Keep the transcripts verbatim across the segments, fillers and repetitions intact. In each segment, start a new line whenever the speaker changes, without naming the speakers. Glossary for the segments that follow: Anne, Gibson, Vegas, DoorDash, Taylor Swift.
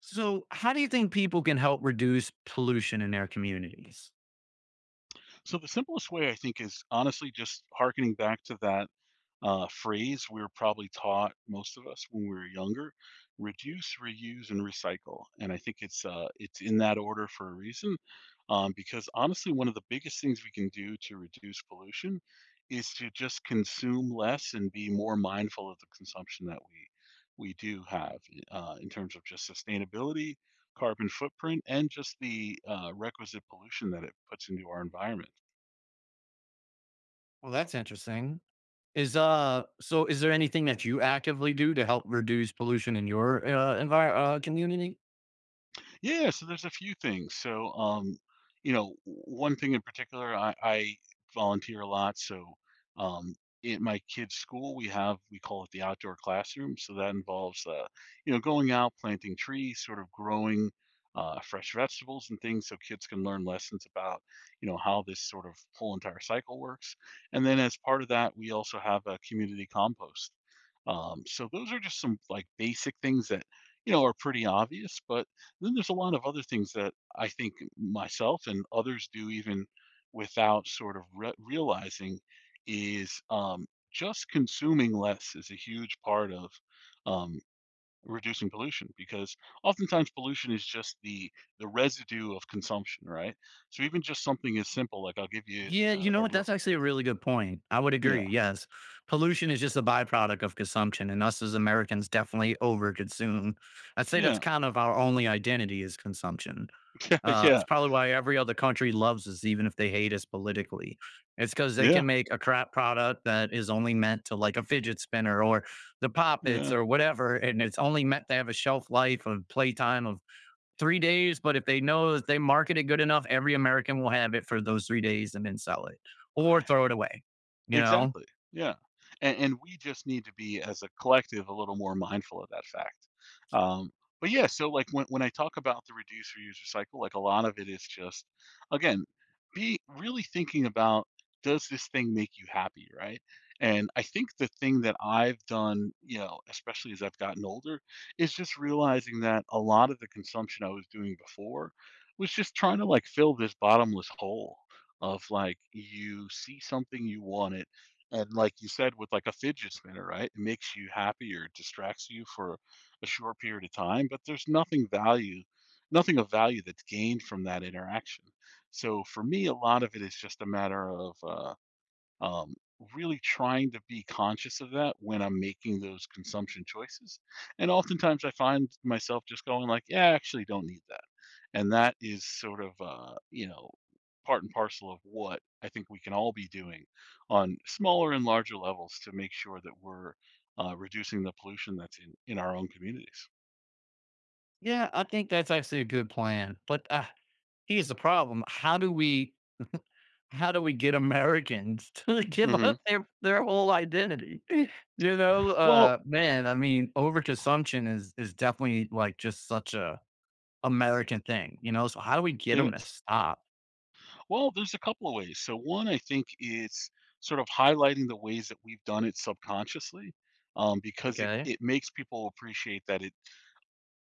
So, how do you think people can help reduce pollution in their communities?
So the simplest way I think is honestly just harkening back to that uh, phrase we were probably taught most of us when we were younger: reduce, reuse, and recycle. And I think it's uh, it's in that order for a reason, um, because honestly, one of the biggest things we can do to reduce pollution is to just consume less and be more mindful of the consumption that we we do have uh, in terms of just sustainability, carbon footprint, and just the uh, requisite pollution that it puts into our environment.
Well, that's interesting. Is uh, so is there anything that you actively do to help reduce pollution in your uh, environment uh, community?
Yeah, so there's a few things. So, um, you know, w- one thing in particular, I, I volunteer a lot. So, um, at my kids' school, we have we call it the outdoor classroom. So that involves, uh, you know, going out, planting trees, sort of growing uh, fresh vegetables and things, so kids can learn lessons about, you know, how this sort of whole entire cycle works. And then as part of that, we also have a community compost. Um, so those are just some like basic things that, you know, are pretty obvious, but then there's a lot of other things that I think myself and others do even without sort of re- realizing is um, just consuming less is a huge part of um, reducing pollution because oftentimes pollution is just the the residue of consumption, right? So even just something as simple like I'll give you
Yeah,
a,
you know
a
what?
real
That's actually a really good point. I would
yeah
agree. Yes. Pollution is just a byproduct of consumption, and us as Americans definitely overconsume. I'd say that's
yeah
kind of our only identity is consumption. Uh,
yeah
it's probably why every other country loves us, even if they hate us politically. It's because they
yeah
can make a crap product that is only meant to, like, a fidget spinner or the poppets
yeah.
or whatever, and it's only meant to have a shelf life of playtime of three days, but if they know that they market it good enough, every American will have it for those three days and then sell it or throw it away. You know?
Exactly, yeah, and and we just need to be, as a collective, a little more mindful of that fact. Um, but yeah, so, like, when when I talk about the reduce, reuse, recycle, like, a lot of it is just, again, be really thinking about, does this thing make you happy, right? And I think the thing that I've done, you know, especially as I've gotten older, is just realizing that a lot of the consumption I was doing before was just trying to, like, fill this bottomless hole of like you see something you want it, and like you said with like a fidget spinner, right, it makes you happy or it distracts you for a short period of time, but there's nothing value, nothing of value that's gained from that interaction. So for me a lot of it is just a matter of uh, um, really trying to be conscious of that when I'm making those consumption choices. And oftentimes I find myself just going like, yeah, I actually don't need that. And that is sort of, uh, you know, part and parcel of what I think we can all be doing on smaller and larger levels to make sure that we're uh, reducing the pollution that's in, in our own communities.
Yeah, I think that's actually a good plan. But uh, here's the problem: how do we how do we get Americans to give
Hmm.
up their their whole identity? You know,
Well,
uh, man. I mean, overconsumption is is definitely, like, just such a American thing. You know, so how do we get
it
them to
is.
stop?
Well, there's a couple of ways. So one, I think, is sort of highlighting the ways that we've done it subconsciously, um, because it,
Okay.
it makes people appreciate that it,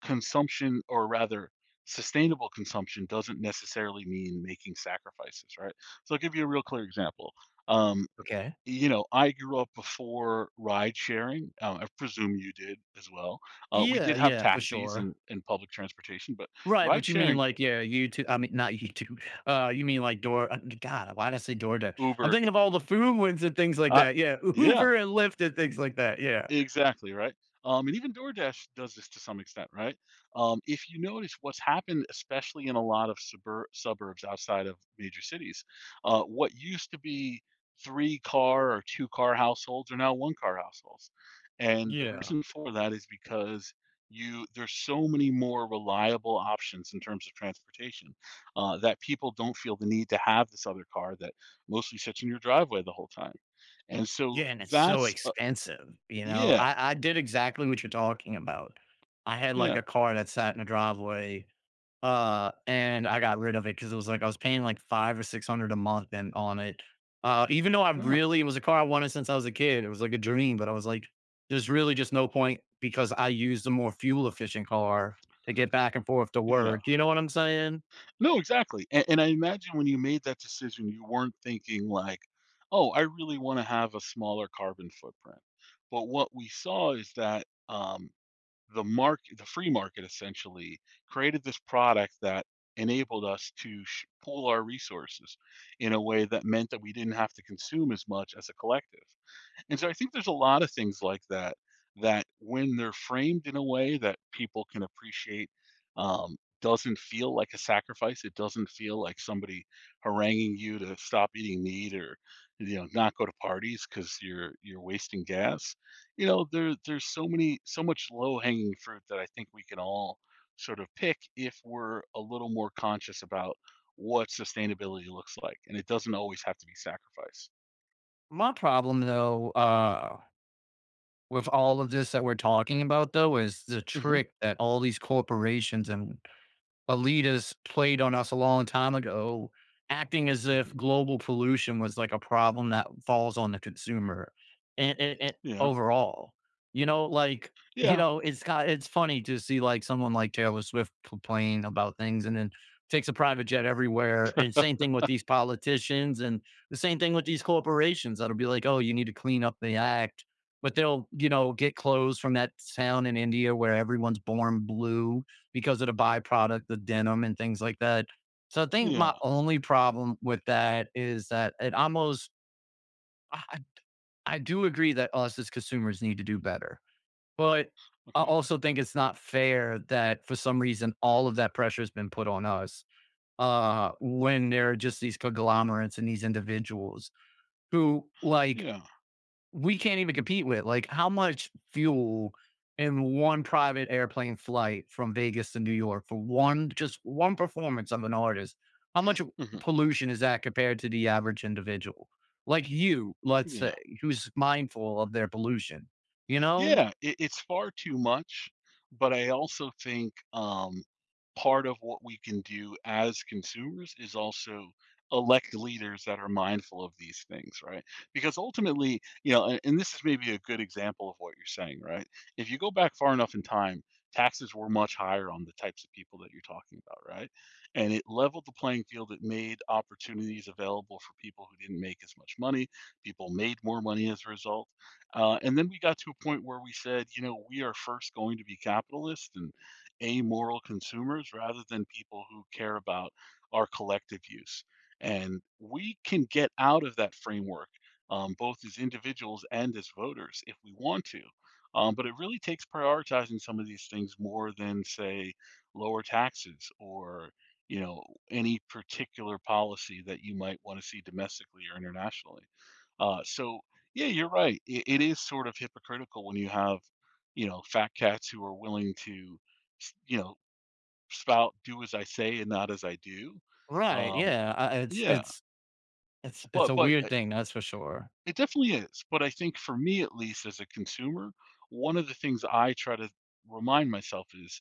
consumption, or rather sustainable consumption doesn't necessarily mean making sacrifices, right? So I'll give you a real clear example. Um,
Okay.
you know, I grew up before ride sharing. Uh, I presume you did as well. Uh, we
Yeah,
did have
yeah, for
taxis
sure.
and, and public transportation, but
Right,
ride
but you mean,
sharing,
like, yeah, YouTube, I mean, not YouTube. Uh, you mean like Door uh, God, why did I say DoorDash? I'm
Uber,
thinking of all the food ones and things like
uh,
that. Yeah,
yeah,
Uber and Lyft and things like that. Yeah.
exactly, right? Um, and even DoorDash does this to some extent, right? Um, if you notice what's happened, especially in a lot of subur- suburbs outside of major cities, uh, what used to be three car or two car households are now one car households. And the
Yeah.
reason for that is because you there's so many more reliable options in terms of transportation, uh, that people don't feel the need to have this other car that mostly sits in your driveway the whole time. And so
Yeah, and it's so
that's a-
expensive, you know?
yeah.
I I did exactly what you're talking about. I had, like,
Yeah.
a car that sat in the driveway. Uh, and I got rid of it because it was like I was paying like five or six hundred a month and on it. Uh, even though I
Yeah.
really, it was a car I wanted since I was a kid. It was like a dream, but I was like, there's really just no point because I used a more fuel efficient car to get back and forth to
Yeah.
work. You know what I'm saying?
No, exactly. And, and I imagine when you made that decision, you weren't thinking like, oh, I really want to have a smaller carbon footprint. But what we saw is that um, the market, the free market essentially created this product that enabled us to sh- pool our resources in a way that meant that we didn't have to consume as much as a collective. And so I think there's a lot of things like that, that when they're framed in a way that people can appreciate, um, doesn't feel like a sacrifice. It doesn't feel like somebody haranguing you to stop eating meat, or you know, not go to parties because you're you're wasting gas. You know, there there's so many, so much low hanging fruit, that I think we can all sort of pick if we're a little more conscious about what sustainability looks like, and it doesn't always have to be sacrifice.
My problem though, uh, with all of this that we're talking about though, is the
Hmm.
trick that all these corporations and Alitas played on us a long time ago, acting as if
Hmm.
global pollution was, like, a problem that falls on the consumer and, and, and
Yeah.
overall, you know, like, you
Yeah.
know, it's got, it's funny to see like someone like Taylor Swift complain about things and then takes a private jet everywhere. And same thing with these politicians and the same thing with these corporations that'll be like, oh, you need to clean up the act. But they'll, you know, get clothes from that town in India where everyone's born blue because of the byproduct, the denim and things like that. So I think my
Yeah.
only problem with that is that it almost, I, I do agree that us as consumers need to do better, but I
Okay.
also think it's not fair that for some reason all of that pressure has been put on us uh, when there are just these conglomerates and these individuals who, like,
Yeah.
we can't even compete with. Like, how much fuel in one private airplane flight from Vegas to New York for one, just one performance of an artist? How much
Mhm.
pollution is that compared to the average individual? Like you, let's say,
Yeah.
who's mindful of their pollution, you know?
Yeah. It, it's far too much, but I also think um, part of what we can do as consumers is also elect leaders that are mindful of these things, right? Because ultimately, you know, and, and this is maybe a good example of what you're saying, right? If you go back far enough in time, taxes were much higher on the types of people that you're talking about, right? And it leveled the playing field. It made opportunities available for people who didn't make as much money. People made more money as a result. Uh, and then we got to a point where we said, you know, we are first going to be capitalist and amoral consumers rather than people who care about our collective use. And we can get out of that framework, um, both as individuals and as voters, if we want to. Um, but it really takes prioritizing some of these things more than, say, lower taxes or you know, any particular policy that you might want to see domestically or internationally. Uh, so yeah, you're right. It, it is sort of hypocritical when you have, you know, fat cats who are willing to, s- you know, spout "do as I say and not as I do."
Right.
Um,
Yeah. I, it's,
yeah,
it's, it's, it's
but
a
but uh,
weird thing. That's for sure.
it definitely is. But I think for me, at least as a consumer, one of the things I try to remind myself is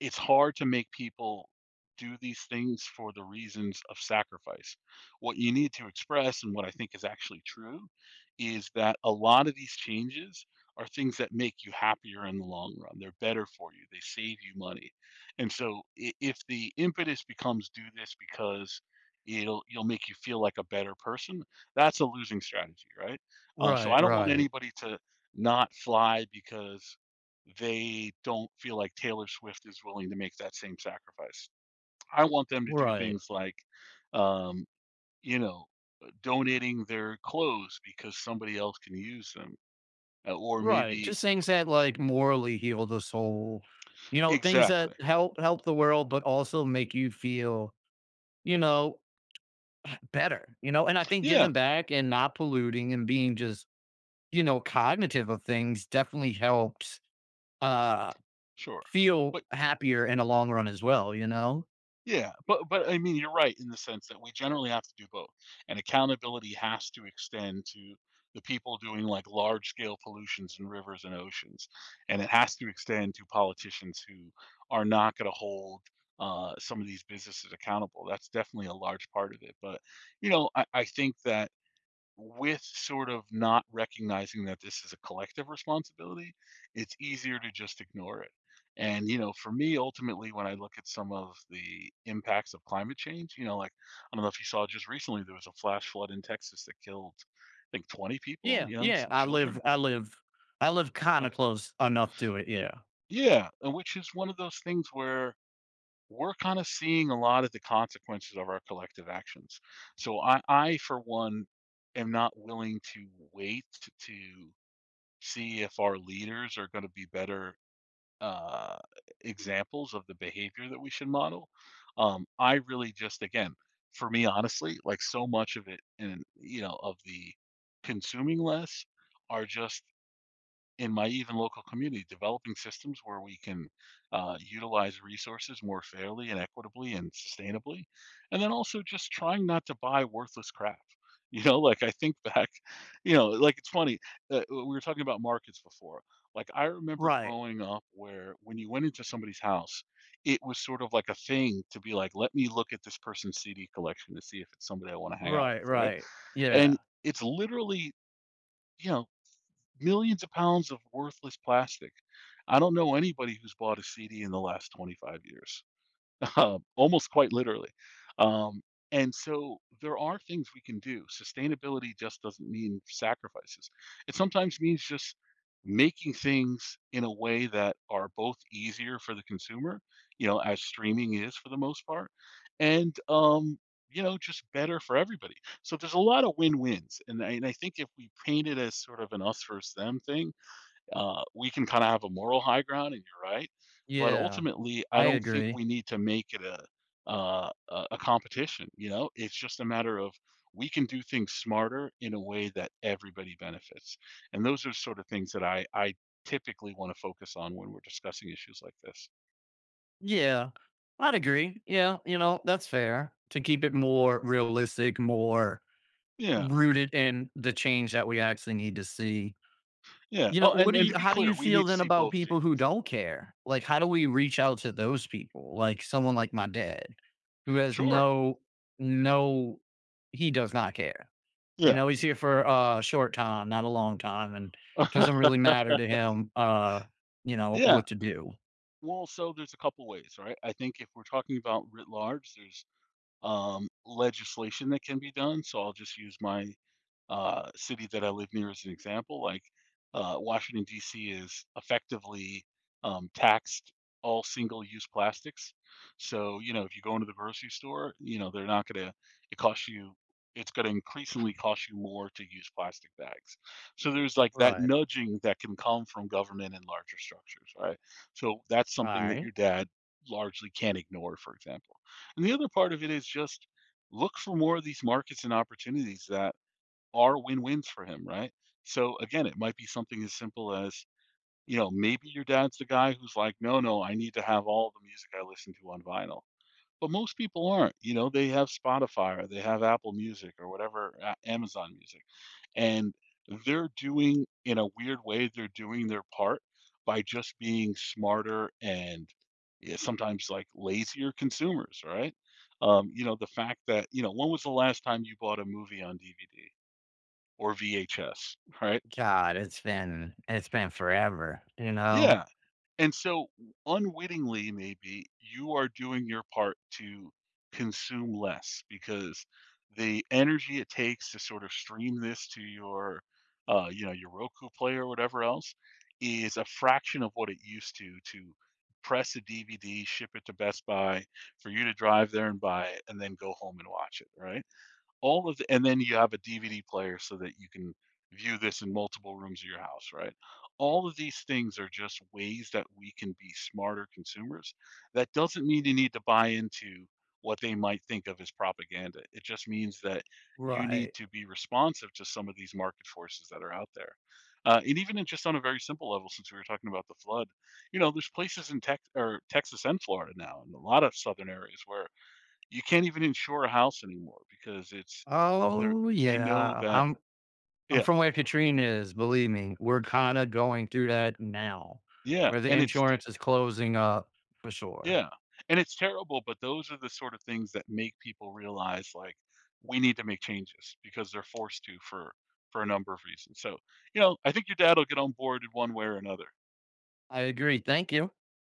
it's hard to make people do these things for the reasons of sacrifice. What you need to express, and what I think is actually true, is that a lot of these changes are things that make you happier in the long run. They're better for you, they save you money. And so i- if the impetus becomes do this because it'll you'll make you feel like a better person, that's a losing strategy, right? Uh, so I
Right.
don't want
Right.
anybody to not fly because they don't feel like Taylor Swift is willing to make that same sacrifice. I want them to do
Right.
things like, um, you know, uh, donating their clothes because somebody else can use them, uh, or
Right,
maybe
just things that, like, morally heal the soul, you know, things
exactly.
that help help the world, but also make you feel, you know, better, you know, and I think
Yeah,
giving back and not polluting and being just, you know, cognitive of things definitely helps, uh,
sure.
feel
But
happier in the long run as well, you know?
yeah, but but I mean, you're right in the sense that we generally have to do both, and accountability has to extend to the people doing like large scale pollutions in rivers and oceans, and it has to extend to politicians who are not going to hold uh, some of these businesses accountable. That's definitely a large part of it. But you know, I, I think that with sort of not recognizing that this is a collective responsibility, it's easier to just ignore it. And, you know, for me, ultimately, when I look at some of the impacts of climate change, you know, like, I don't know if you saw just recently, there was a flash flood in Texas that killed, I think, twenty people,
Yeah,
you know,
yeah,
some
I
children.
live I live I live kinda
Okay.
close enough to it, yeah.
Yeah, and which is one of those things where we're kind of seeing a lot of the consequences of our collective actions. So I, I for one, am not willing to wait to see if our leaders are going to be better uh, examples of the behavior that we should model. Um, I really just, again, for me, honestly, like so much of it, and you know, of the consuming less, are just in my even local community, developing systems where we can uh, utilize resources more fairly and equitably and sustainably. And then also just trying not to buy worthless crap. You know, like I think back, you know, like it's funny. Uh, we were talking about markets before. Like I remember
Right,
growing up where when you went into somebody's house, it was sort of like a thing to be like, let me look at this person's C D collection to see if it's somebody I want to hang out
right,
with. Right.
right.
And
Yeah,
it's literally, you know, millions of pounds of worthless plastic. I don't know anybody who's bought a C D in the last twenty-five years. um, almost quite literally. Um, and so there are things we can do. Sustainability just doesn't mean sacrifices. It sometimes means just making things in a way that are both easier for the consumer, you know, as streaming is for the most part, and um, you know, just better for everybody. So there's a lot of win-wins, and I, and I think if we paint it as sort of an us versus them thing, uh, we can kind of have a moral high ground, and you're right. But
yeah.
ultimately, I
I
don't think
agree.
we need to make it a uh, a a competition. You know, it's just a matter of we can do things smarter in a way that everybody benefits, and those are sort of things that I I typically want to focus on when we're discussing issues like this.
Yeah, I'd agree. Yeah, you know, that's fair, to keep it more realistic, more
Yeah,
rooted in the change that we actually need to see.
yeah.
You know,
Oh,
what
and
do
and to
you,
be
how do
clear,
you
we
feel
need to
then
see
about
both
people who
changes.
don't care? Like, how do we reach out to those people? Like someone like my dad who has
Sure.
no no he does not care. You
Yeah.
know, he's here for a short time, not a long time, and doesn't really matter to him, uh, you know,
Yeah.
what to do.
Well, so there's a couple ways, right? I think if we're talking about writ large, there's um, legislation that can be done. So I'll just use my uh, city that I live near as an example, like uh, Washington D C is effectively um, taxed all single-use plastics. So you know, if you go into the grocery store, you know they're not going to. It costs you. It's going to increasingly cost you more to use plastic bags. So there's like that
Right.
nudging that can come from government and larger structures, right? So that's
All
something that
right.
your dad largely can't ignore, for example. And the other part of it is just look for more of these markets and opportunities that are win-wins for him, right? So again, it might be something as simple as, you know, maybe your dad's the guy who's like, "No, no, I need to have all the music I listen to on vinyl." But most people aren't, you know, they have Spotify or they have Apple Music or whatever, A Amazon Music, and they're doing in a weird way, they're doing their part by just being smarter and, yeah, sometimes, like, lazier consumers, right? Um, you know, the fact that you know, when was the last time you bought a movie on D V D? Or V H S, right?
God, it's been it's been forever, you know?
Yeah. And so unwittingly, maybe you are doing your part to consume less because the energy it takes to sort of stream this to your, uh, you know, your Roku player or whatever else is a fraction of what it used to to press a D V D, ship it to Best Buy for you to drive there and buy it and then go home and watch it, right? All of the and then you have a D V D player so that you can view this in multiple rooms of your house, right? All of these things are just ways that we can be smarter consumers. That doesn't mean you need to buy into what they might think of as propaganda. It just means that you need
Right.
to be responsive to some of these market forces that are out there. Uh, and even in just on a very simple level, since we were talking about the flood, you know, there's places in Tex or Texas and Florida now, and a lot of southern areas where you can't even insure a house anymore because it's they
Oh,
they know
yeah.
that
I'm I'm
yeah,
from where Katrina is, believe me. We're kinda going through that now,
yeah,
where the
and it's t
insurance is closing up for sure.
yeah, and it's terrible, but those are the sort of things that make people realize, like, we need to make changes because they're forced to for for a number of reasons, so, you know, I think your dad will get on board in one way or another.
I agree, thank you.